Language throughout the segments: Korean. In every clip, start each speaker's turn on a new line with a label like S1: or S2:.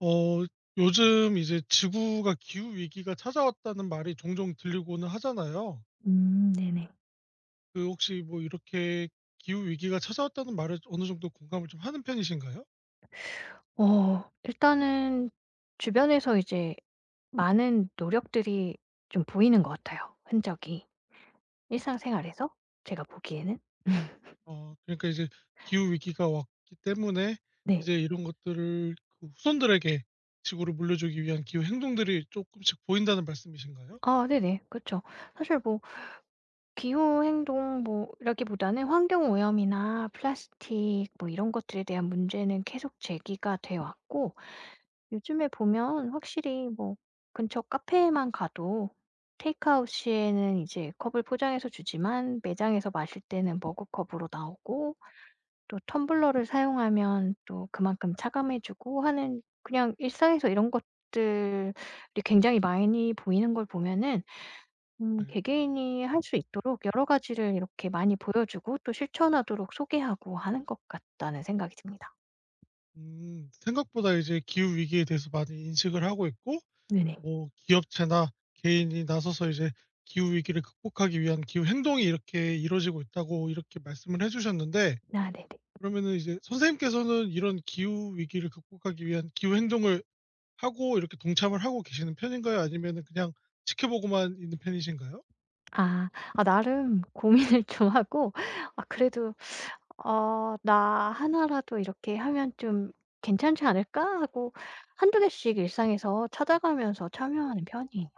S1: 어 요즘 이제 지구가 기후 위기가 찾아왔다는 말이 종종 들리고는 하잖아요.
S2: 네네.
S1: 그 혹시 뭐 이렇게 기후 위기가 찾아왔다는 말에 어느 정도 공감을 좀 하는 편이신가요?
S2: 일단은 주변에서 이제 많은 노력들이 좀 보이는 것 같아요, 흔적이. 일상생활에서 제가 보기에는.
S1: 그러니까 이제 기후 위기가 왔기 때문에
S2: 네.
S1: 이제 이런 것들을 그 후손들에게 지구를 물려주기 위한 기후 행동들이 조금씩 보인다는 말씀이신가요?
S2: 아 네네, 그죠. 사실 뭐 기후 행동 뭐 이라기보다는 환경 오염이나 플라스틱 뭐 이런 것들에 대한 문제는 계속 제기가 돼 왔고, 요즘에 보면 확실히 뭐 근처 카페에만 가도 테이크아웃 시에는 이제 컵을 포장해서 주지만 매장에서 마실 때는 머그컵으로 나오고, 또 텀블러를 사용하면 또 그만큼 차감해 주고 하는 그냥 일상에서 이런 것들이 굉장히 많이 보이는 걸 보면은
S1: 네.
S2: 개개인이 할 수 있도록 여러 가지를 이렇게 많이 보여 주고 또 실천하도록 소개하고 하는 것 같다는 생각이 듭니다.
S1: 생각보다 이제 기후 위기에 대해서 많이 인식을 하고 있고
S2: 네네.
S1: 뭐 기업체나 개인이 나서서 이제 기후 위기를 극복하기 위한 기후 행동이 이렇게 이루어지고 있다고 이렇게 말씀을 해 주셨는데
S2: 아 네.
S1: 그러면은 이제 선생님께서는 이런 기후 위기를 극복하기 위한 기후 행동을 하고 이렇게 동참을 하고 계시는 편인가요? 아니면은 그냥 지켜보고만 있는 편이신가요?
S2: 아. 아 나름 고민을 좀 하고, 아 그래도 '어 나 하나라도 이렇게 하면 좀 괜찮지 않을까?' 하고 한두 개씩 일상에서 찾아가면서 참여하는 편이에요.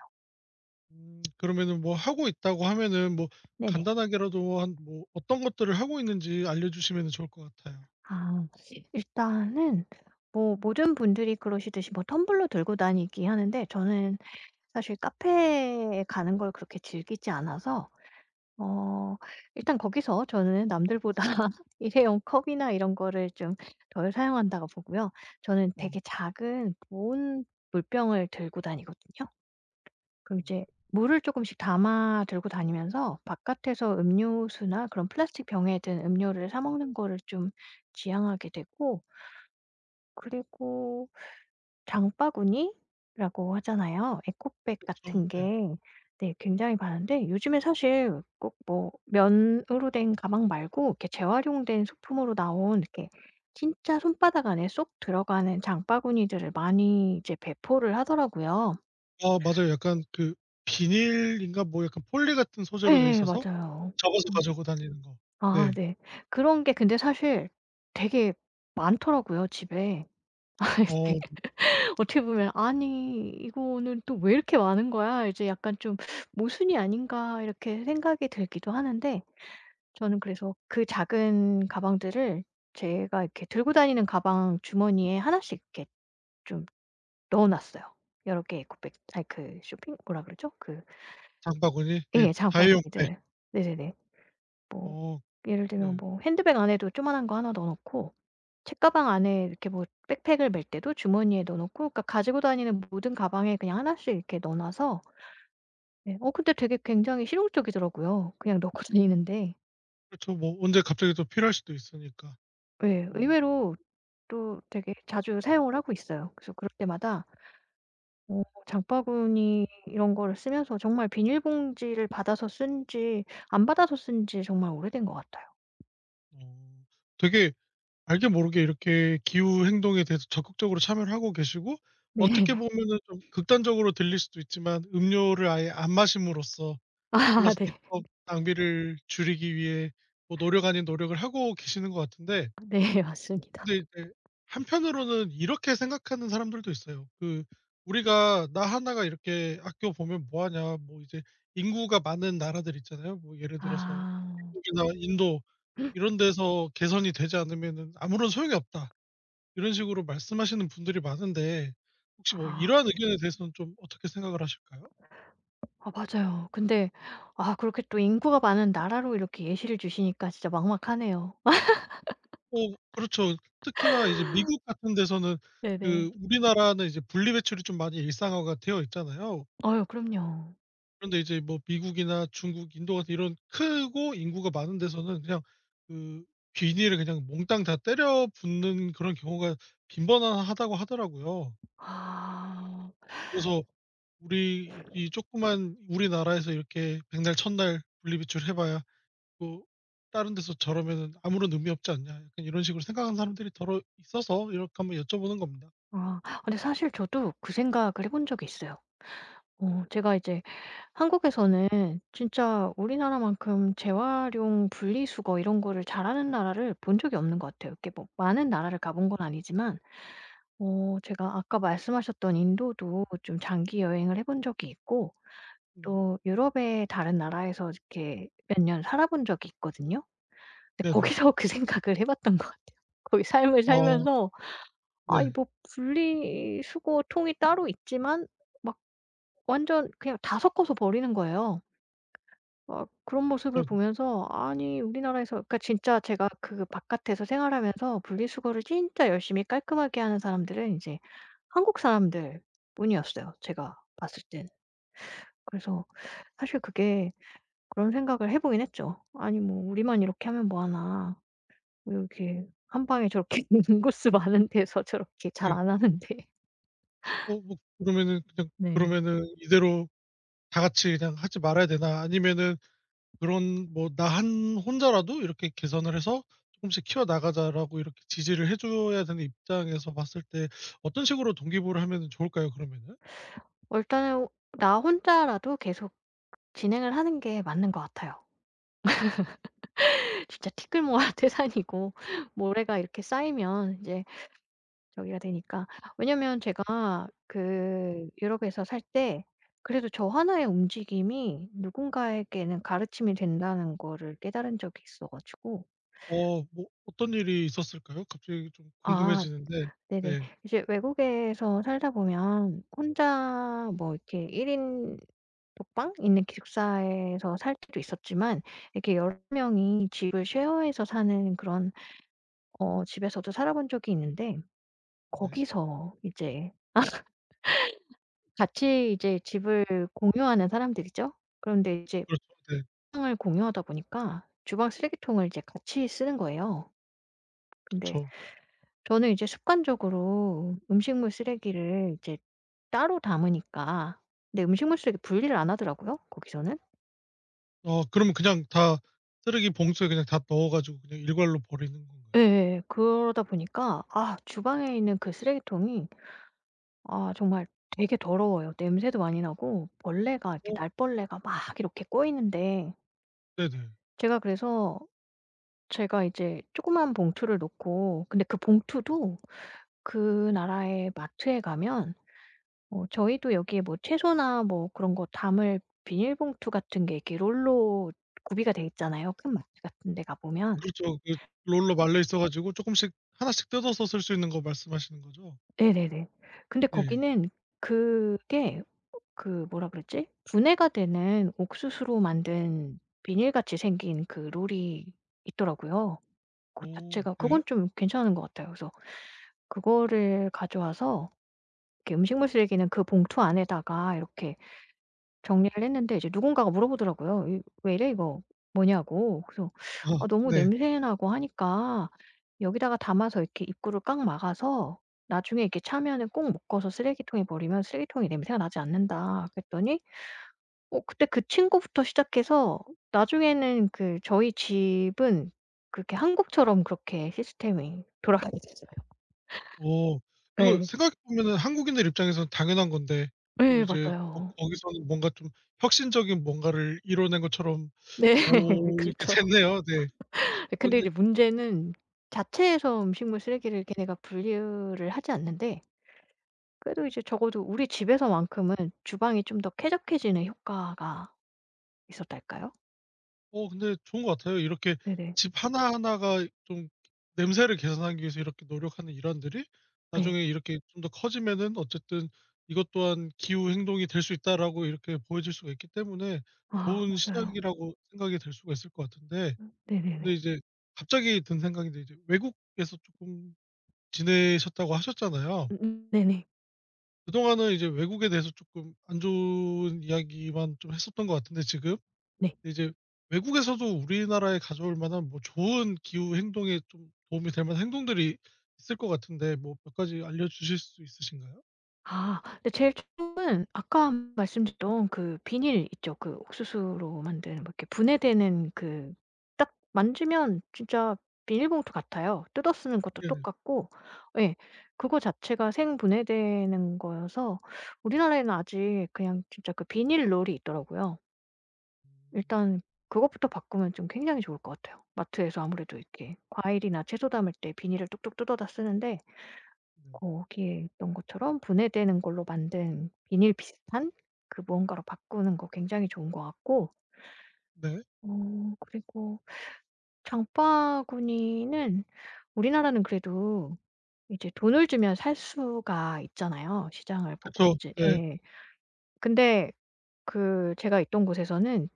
S1: 그러면은 뭐 하고 있다고 하면은 뭐
S2: 네네.
S1: 간단하게라도 한 뭐 어떤 것들을 하고 있는지 알려 주시면은 좋을 것 같아요.
S2: 아 일단은 뭐 모든 분들이 그러시듯이 뭐 텀블러 들고 다니기 하는데, 저는 사실 카페에 가는 걸 그렇게 즐기지 않아서 어 일단 거기서 저는 남들보다 일회용 컵이나 이런 거를 좀 덜 사용한다고 보고요. 저는 되게
S1: 어
S2: 작은 보온 물병을 들고 다니거든요. 그럼 이제 물을 조금씩 담아 들고 다니면서 바깥에서 음료수나 그런 플라스틱 병에 든 음료를 사 먹는 거를 좀 지양하게 되고, 그리고 장바구니라고 하잖아요. 에코백
S1: 그
S2: 같은
S1: 네.
S2: 게, 네, 굉장히 많은데 요즘에 사실 꼭 뭐 면으로 된 가방 말고 이렇게 재활용된 소품으로 나온 이렇게 진짜 손바닥 안에 쏙 들어가는 장바구니들을 많이 이제 배포를 하더라고요.
S1: 아, 맞아요. 약간 그 비닐인가 뭐 약간 폴리 같은 소재로 돼
S2: 예예,
S1: 있어서
S2: 맞아요.
S1: 접어서
S2: 음.
S1: 가지고 다니는 거.
S2: 아
S1: 네.
S2: 네. 그런 게 근데 사실 되게 많더라고요, 집에.
S1: 어
S2: 어떻게 보면 '아니 이거는 또 왜 이렇게 많은 거야?' 이제 약간 좀 '모순이 아닌가?' 이렇게 생각이 들기도 하는데, 저는 그래서 그 작은 가방들을 제가 이렇게 들고 다니는 가방 주머니에 하나씩 이렇게 좀 넣어 놨어요. 여러 개의 고백 아니 그 쇼핑 뭐라 그러죠? 그,
S1: 장바구니? 네.
S2: 예,
S1: 다이용백.
S2: 장바구니들. 네네네. 뭐
S1: 어,
S2: 예를 들면
S1: 네.
S2: 뭐 핸드백 안에도 조그만한 거 하나 넣어 놓고, 책가방 안에 이렇게 뭐 백팩을 맬 때도 주머니에 넣어 놓고, 그러니까 가지고 다니는 모든 가방에 그냥 하나씩 이렇게 넣어 놔서, 네, 근데 되게 굉장히 실용적이더라고요, 그냥 넣고 다니는데.
S1: 그렇죠. 뭐 언제 갑자기 또 필요할 수도 있으니까.
S2: 예.
S1: 뭐
S2: 의외로 또 되게 자주 사용을 하고 있어요. 그래서 그럴 때마다 장바구니 이런 거를 쓰면서 정말 비닐봉지를 받아서 쓴지 안 받아서 쓴지 정말 오래된 것 같아요.
S1: 어어 되게 알게 모르게 이렇게 기후 행동에 대해서 적극적으로 참여를 하고 계시고
S2: 네.
S1: 어떻게 보면은 좀 극단적으로 들릴 수도 있지만 음료를 아예 안 마심으로써
S2: 아
S1: 플라스틱
S2: 네.
S1: 컵 낭비를 줄이기 위해 뭐 노력 아닌 노력을 하고 계시는 것 같은데
S2: 네 맞습니다.
S1: 근데 이제 한편으로는 이렇게 생각하는 사람들도 있어요. 그 우리가 나 하나가 이렇게 아껴 보면 뭐 하냐. 뭐 이제 인구가 많은 나라들 있잖아요. 뭐 예를 들어서
S2: 아.
S1: 미국이나 인도 이런 데서 개선이 되지 않으면은 아무런 소용이 없다. 이런 식으로 말씀하시는 분들이 많은데 혹시 뭐
S2: 아.
S1: 이러한 의견에 대해서는 좀 어떻게 생각을 하실까요?
S2: 아 맞아요. 근데 아 그렇게 또 인구가 많은 나라로 이렇게 예시를 주시니까 진짜 막막하네요.
S1: 어, 그렇죠. 특히나 이제 미국 같은 데서는
S2: 네네.
S1: 그 우리나라는 이제 분리배출이 좀 많이 일상화가 되어 있잖아요.
S2: 어유 그럼요.
S1: 그런데 이제 뭐 미국이나 중국, 인도 같은 이런 크고 인구가 많은 데서는 그냥 그 비닐을 그냥 몽땅 다 때려 붓는 그런 경우가 빈번하다고 하더라고요.
S2: 아.
S1: 그래서 우리 이 조그만 우리나라에서 이렇게 백날 천날 분리배출 해봐야 뭐 다른 데서 저러면은 아무런 의미 없지 않냐 약간 이런 식으로 생각하는 사람들이 더러 있어서 이렇게 한번 여쭤보는 겁니다.
S2: 아 근데 사실 저도 그 생각을 해본 적이 있어요. 제가 이제 한국에서는 진짜 우리나라만큼 재활용 분리수거 이런 거를 잘하는 나라를 본 적이 없는 것 같아요. 이렇게 뭐 많은 나라를 가본 건 아니지만 제가 아까 말씀하셨던 인도도 좀 장기 여행을 해본 적이 있고,
S1: 네.
S2: 또 유럽의 다른 나라에서 이렇게 몇 년 살아본 적이 있거든요. 근데
S1: 네네.
S2: 거기서 그 생각을 해 봤던 것 같아요. 거기 삶을
S1: 어,
S2: 살면서 '아니
S1: 네.
S2: 뭐 분리수거 통이 따로 있지만 막 완전 그냥 다 섞어서 버리는 거예요.' 막 그런 모습을
S1: 어,
S2: 보면서 아니 우리나라에서, 그러니까 진짜 제가 그 바깥에서 생활하면서 분리수거를 진짜 열심히 깔끔하게 하는 사람들은 인제 한국 사람들뿐이었어요, 제가 봤을 땐. 그래서 사실 그게 그런 생각을 해 보긴 했죠. '아니 뭐 우리만 이렇게 하면 뭐 하나. 왜 이렇게 한 방에 저렇게 인구수 많은 데서 저렇게
S1: 네.
S2: 잘 안 하는데.'
S1: 뭐 그러면은 그냥
S2: 네.
S1: 그러면은 이대로 다 같이 그냥 하지 말아야 되나 아니면은 그런 뭐 나 한 혼자라도 이렇게 개선을 해서 조금씩 키워 나가자라고 이렇게 지지를 해 줘야 되는 입장에서 봤을 때 어떤 식으로 동기부여를 하면은 좋을까요 그러면은?
S2: 일단은 나 혼자라도 계속 진행을 하는 게 맞는 것 같아요. 진짜 티끌모아 태산이고 모래가 이렇게 쌓이면 이제 저기가 되니까. 왜냐면 제가 그 유럽에서 살 때 그래도 저 하나의 움직임이 누군가에게는 가르침이 된다는 거를 깨달은 적이 있어 가지고.
S1: 뭐 어떤 일이 있었을까요? 갑자기 좀
S2: '아
S1: 궁금해지는데.
S2: 네네.
S1: 네.
S2: 이제 외국에서 살다 보면 혼자 뭐 이렇게 1인 독방 있는 기숙사에서 살 때도 있었지만 이렇게 여러 명이 집을 쉐어해서 사는 그런 집에서도 살아본 적이 있는데,
S1: 네.
S2: 거기서 이제 같이 이제 집을 공유하는 사람들이죠. 그런데 이제
S1: 그렇죠. 네.
S2: 방을 공유하다 보니까 주방 쓰레기통을 이제 같이 쓰는 거예요. 근데
S1: 그쵸.
S2: 저는 이제 습관적으로 음식물 쓰레기를 이제 따로 담으니까, 근데 음식물 쓰레기 분리를 안 하더라고요, 거기서는.
S1: 어, 그러면 그냥 다 쓰레기 봉투에 그냥 다 넣어 가지고 그냥 일괄로 버리는 건가요?
S2: 예 그러다 보니까 아 주방에 있는 그 쓰레기통이 아 정말 되게 더러워요. 냄새도 많이 나고 벌레가 이렇게
S1: 어,
S2: 날벌레가 막 이렇게 꼬이는데,
S1: 네네.
S2: 제가 그래서 제가 이제 조그만 봉투를 놓고, 근데 그 봉투도 그 나라의 마트에 가면 저희도 여기에 뭐 채소나 뭐 그런 거 담을 비닐봉투 같은 게 이렇게 롤로 구비가 돼 있잖아요, 큰 마트 같은 데 가보면.
S1: 그렇죠. 그 롤로 말려 있어 가지고 조금씩 하나씩 뜯어서 쓸 수 있는 거 말씀하시는 거죠?
S2: 네네네. 근데
S1: 네.
S2: 거기는 그게 그 뭐라 그랬지 분해가 되는 옥수수로 만든 비닐같이 생긴 그 롤이 있더라고요. 그
S1: 어,
S2: 자체가
S1: 네.
S2: 그건 좀 괜찮은 것 같아요. 그래서 그거를 가져와서 이렇게 음식물 쓰레기는 그 봉투 안에다가 이렇게 정리를 했는데, 이제 누군가가 물어보더라고요. "이 왜 이래 이거 뭐냐."고. 그래서
S1: 아,
S2: "아 너무
S1: 네.
S2: 냄새 나고 하니까 여기다가 담아서 이렇게 입구를 꽉 막아서 나중에 이렇게 차면은 꼭 묶어서 쓰레기통에 버리면 쓰레기통에 냄새가 나지 않는다." 그랬더니 그때 그 친구부터 시작해서 나중에는 그 저희 집은 그렇게 한국처럼 그렇게 시스템이 돌아가게 됐어요.
S1: 어 이거
S2: 예.
S1: 생각해 보면은 한국인들 입장에서는 당연한 건데 또
S2: 예
S1: 이제 거
S2: 맞아요.
S1: 거기서는 뭔가 좀 혁신적인 뭔가를 이뤄낸 것처럼
S2: 네.
S1: 보이게
S2: 그렇죠.
S1: 됐네요. 네.
S2: 예
S1: 어
S2: 근데
S1: 근데
S2: 이제 문제는 자체에서 음식물 쓰레기를 걔네가 분류를 하지 않는데, 그래도 이제 적어도 우리 집에서만큼은 주방이 좀 더 쾌적해지는 효과가 있었달까요?
S1: 근데 좋은 것 같아요. 이렇게
S2: 네네.
S1: 집 하나하나가 좀 냄새를 개선하기 위해서 이렇게 노력하는 일환들이
S2: 네
S1: 나중에 이렇게 좀 더 커지면은 어쨌든 '이것 또한 기후 행동이 될 수 있다.'라고 이렇게 보여질 수가 있기 때문에
S2: 아
S1: 좋은
S2: 맞아요.
S1: 시작이라고 생각이 들 수가 있을 것 같은데 근데
S2: 네네네.
S1: 이제 갑자기 든 생각인데 이제 외국에서 쪼끔 지내셨다고 하셨잖아요.
S2: 네네.
S1: 그동안은 이제 외국에 대해서 쪼끔 안 좋은 이야기만 좀 했었던 것 같은데 지금
S2: 네.
S1: 이제 외국에서도 우리나라에 가져올 만한 뭐 좋은 기후 행동에 좀 도움이 될 만한 행동들이 있을 것 같은데 뭐 몇 가지 알려주실 수 있으신가요?
S2: 아 근데 제일 좋은 아까 말씀드렸던 그 비닐 있죠. 그 옥수수로 만든 뭐 이렇게 분해되는 그 딱 만지면 진짜 비닐봉투 같아요. 뜯어 쓰는 것도
S1: 네네.
S2: 똑같고 예. 그거 자체가 생분해되는 거여서 우리나라에는 아직 그냥 진짜 그 비닐롤이 있더라고요. 일단 그것부터 바꾸면 좀 굉장히 좋을 것 같아요. 마트에서 아무래도 이렇게 과일이나 채소 담을 때 비닐을 뚝뚝 뜯어다 쓰는데
S1: 네. 네.
S2: 거기에 있던 것처럼 분해되는 걸로 만든 비닐 비슷한 그 무언가로 바꾸는 거 굉장히 좋은 것 같고,
S1: 네.
S2: 어 그리고 장바구니는 우리나라는 그래도 이제 돈을 주면 살 수가 있잖아요. 시장을 보고
S1: 그쵸.
S2: 이제
S1: 네.
S2: 예. 근데 그 제가 있던 곳에서는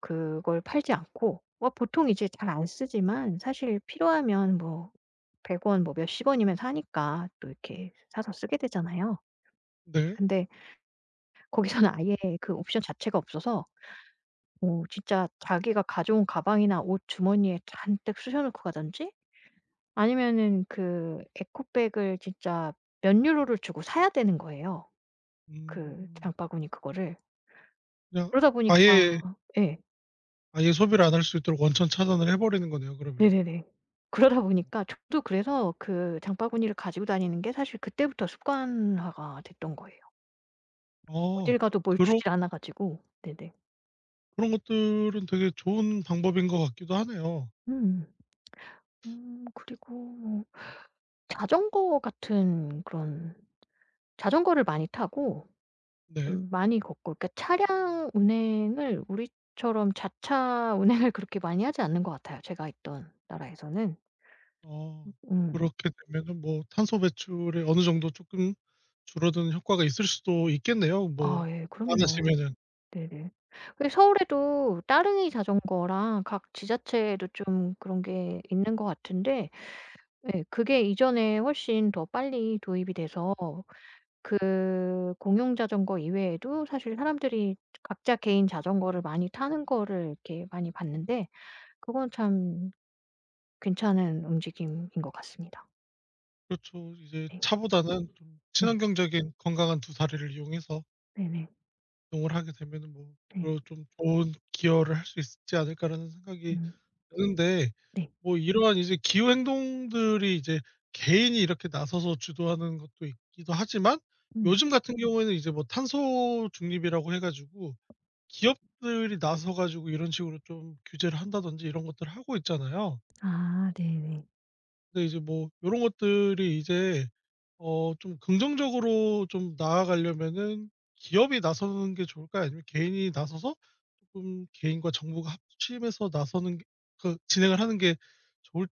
S2: 그걸 팔지 않고 뭐 보통 이제 잘 안 쓰지만 사실 필요하면 뭐 100원 뭐 몇십 원이면 사니까 또 이렇게 사서 쓰게 되잖아요.
S1: 네.
S2: 근데 거기서는 아예 그 옵션 자체가 없어서 뭐 진짜 자기가 가져온 가방이나 옷 주머니에 잔뜩 쑤셔 넣고 가든지 아니면은 그 에코백을 진짜 몇 유로를 주고 사야 되는 거예요, 그
S1: 음.
S2: 장바구니 그거를.
S1: 그냥
S2: 그러다
S1: 아예
S2: 보니까 예.
S1: 아예 소비를 안 할 수 있도록 원천 차단을 해 버리는 거네요 그러면은.
S2: 네네네. 그러다 보니까 저도 그래서 그 장바구니를 가지고 다니는 게 사실 그때부터 습관화가 됐던 거예요.
S1: 어.
S2: 어딜 가도 뭘
S1: 그러
S2: 주질 않아 가지고. 네네.
S1: 그런 것들은 되게 좋은 방법인 것 같기도 하네요.
S2: 음. 그리고 뭐 자전거 같은 그런 자전거를 많이 타고
S1: 네.
S2: 좀 많이 걷고 그러니까 차량 운행을 우리처럼 자차 운행을 그렇게 많이 하지 않는 것 같아요, 제가 있던 나라에서는.
S1: 어.
S2: 음.
S1: 그렇게 되면은 뭐 탄소 배출에 어느 정도 쪼끔 줄어드는 효과가 있을 수도 있겠네요. 뭐
S2: 아 예 그럼요.
S1: 많으시면은.
S2: 네네. 근데 서울에도 따릉이 자전거랑 각 지자체에도 좀 그런 게 있는 것 같은데, 예, 그게 이전에 훨씬 더 빨리 도입이 돼서 그 공용 자전거 이외에도 사실 사람들이 각자 개인 자전거를 많이 타는 거를 이렇게 많이 봤는데 그건 참 괜찮은 움직임인 것 같습니다.
S1: 그렇죠. 이제
S2: 네.
S1: 차보다는 좀
S2: 네.
S1: 친환경적인 건강한 두 다리를 이용해서
S2: 네네.
S1: 이동을 하게 되면은 뭐
S2: 네.
S1: 그런 좀 좋은 기여를 할 수 있지 않을까라는 생각이.
S2: 음.
S1: 그런데
S2: 네.
S1: 뭐 이러한 이제 기후 행동들이 이제 개인이 이렇게 나서서 주도하는 것도 있기도 하지만
S2: 음.
S1: 요즘 같은 경우에는 이제 뭐 탄소 중립이라고 해 가지고 기업들이 나서 가지고 이런 식으로 좀 규제를 한다든지 이런 것들을 하고 있잖아요.
S2: 아 네네.
S1: 근데 이제 뭐 요런 것들이 이제 좀 긍정적으로 좀 나아가려면은 기업이 나서는 게 좋을까요? 아니면 개인이 나서서 쪼끔 개인과 정부가 합심해서 나서는 게 그 진행을 하는 게 좋을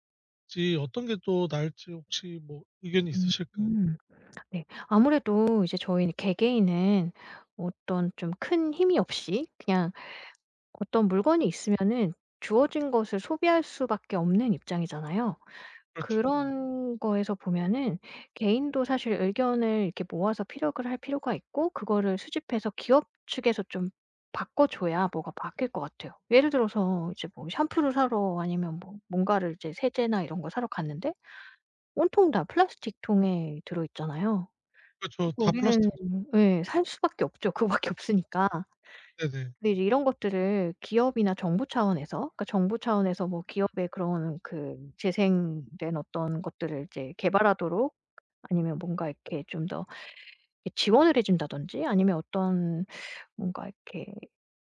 S1: 지 어떤 게 또 나을지 혹시 뭐 의견이
S2: 음.
S1: 있으실까요?
S2: 음. 네. 아무래도 이제 저희 개개인은 어떤 좀 큰 힘이 없이 그냥 어떤 물건이 있으면은 주어진 것을 소비할 수밖에 없는 입장이잖아요.
S1: 그렇죠. 네.
S2: 그런 거에서 보면은 개인도 사실 의견을 이렇게 모아서 피력을 할 필요가 있고, 그거를 수집해서 기업 측에서 좀 바꿔 줘야 뭐가 바뀔 것 같아요. 예를 들어서 이제 뭐 샴푸를 사러 아니면 뭐 뭔가를 이제 세제나 이런 거 사러 갔는데 온통 다 플라스틱 통에 들어 있잖아요.
S1: 그렇죠.
S2: 그러니까
S1: 다 플라스틱.
S2: 우리는 예 살 수밖에 없죠. 그거밖에 없으니까.
S1: 네네.
S2: 근데 이제 이런 것들을 기업이나 정부 차원에서, 그러니까 정부 차원에서 뭐 기업의 그런 그 재생된 어떤 것들을 이제 개발하도록 아니면 뭔가 이렇게 좀 더 지원을 해 준다든지 아니면 어떤 뭔가 이렇게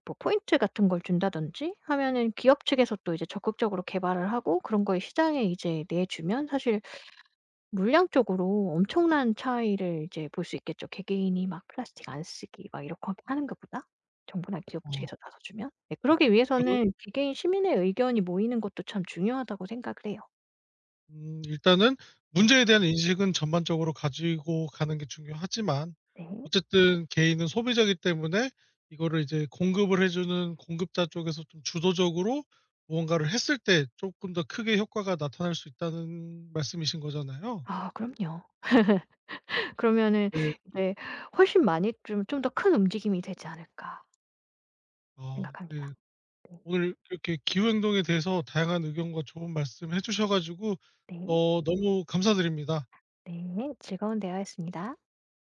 S2: 뭐 포인트 같은 걸 준다든지 하면은 기업 측에서 또 이제 적극적으로 개발을 하고 그런 거에 시장에 이제 내주면 사실 물량적으로 엄청난 차이를 이제 볼 수 있겠죠. 개개인이 막 플라스틱 안 쓰기 막 이렇게 하는 것보다 정부나 기업
S1: 어
S2: 측에서 나서주면. 네 그러기
S1: 그리고
S2: 위해서는 개개인 시민의 의견이 모이는 것도 참 중요하다고 생각을 해요.
S1: 일단은
S2: 네.
S1: 문제에 대한 인식은 전반적으로 가지고 가는 게 중요하지만
S2: 네.
S1: 어쨌든 개인은 소비자이기 때문에 이거를 이제 공급을 해 주는 공급자 쪽에서 좀 주도적으로 무언가를 했을 때 쪼끔 더 크게 효과가 나타날 수 있다는 말씀이신 거잖아요.
S2: 아 그럼요. 그러면은
S1: 네.
S2: 이제 훨씬 많이 좀 더 큰 움직임이 되지 않을까
S1: 아,
S2: 생각합니다.
S1: 네.
S2: 네.
S1: 오늘 이렇게 기후행동에 대해서 다양한 의견과 좋은 말씀 해 주셔 가지고
S2: 네.
S1: 너무 감사드립니다.
S2: 네. 즐거운 대화였습니다.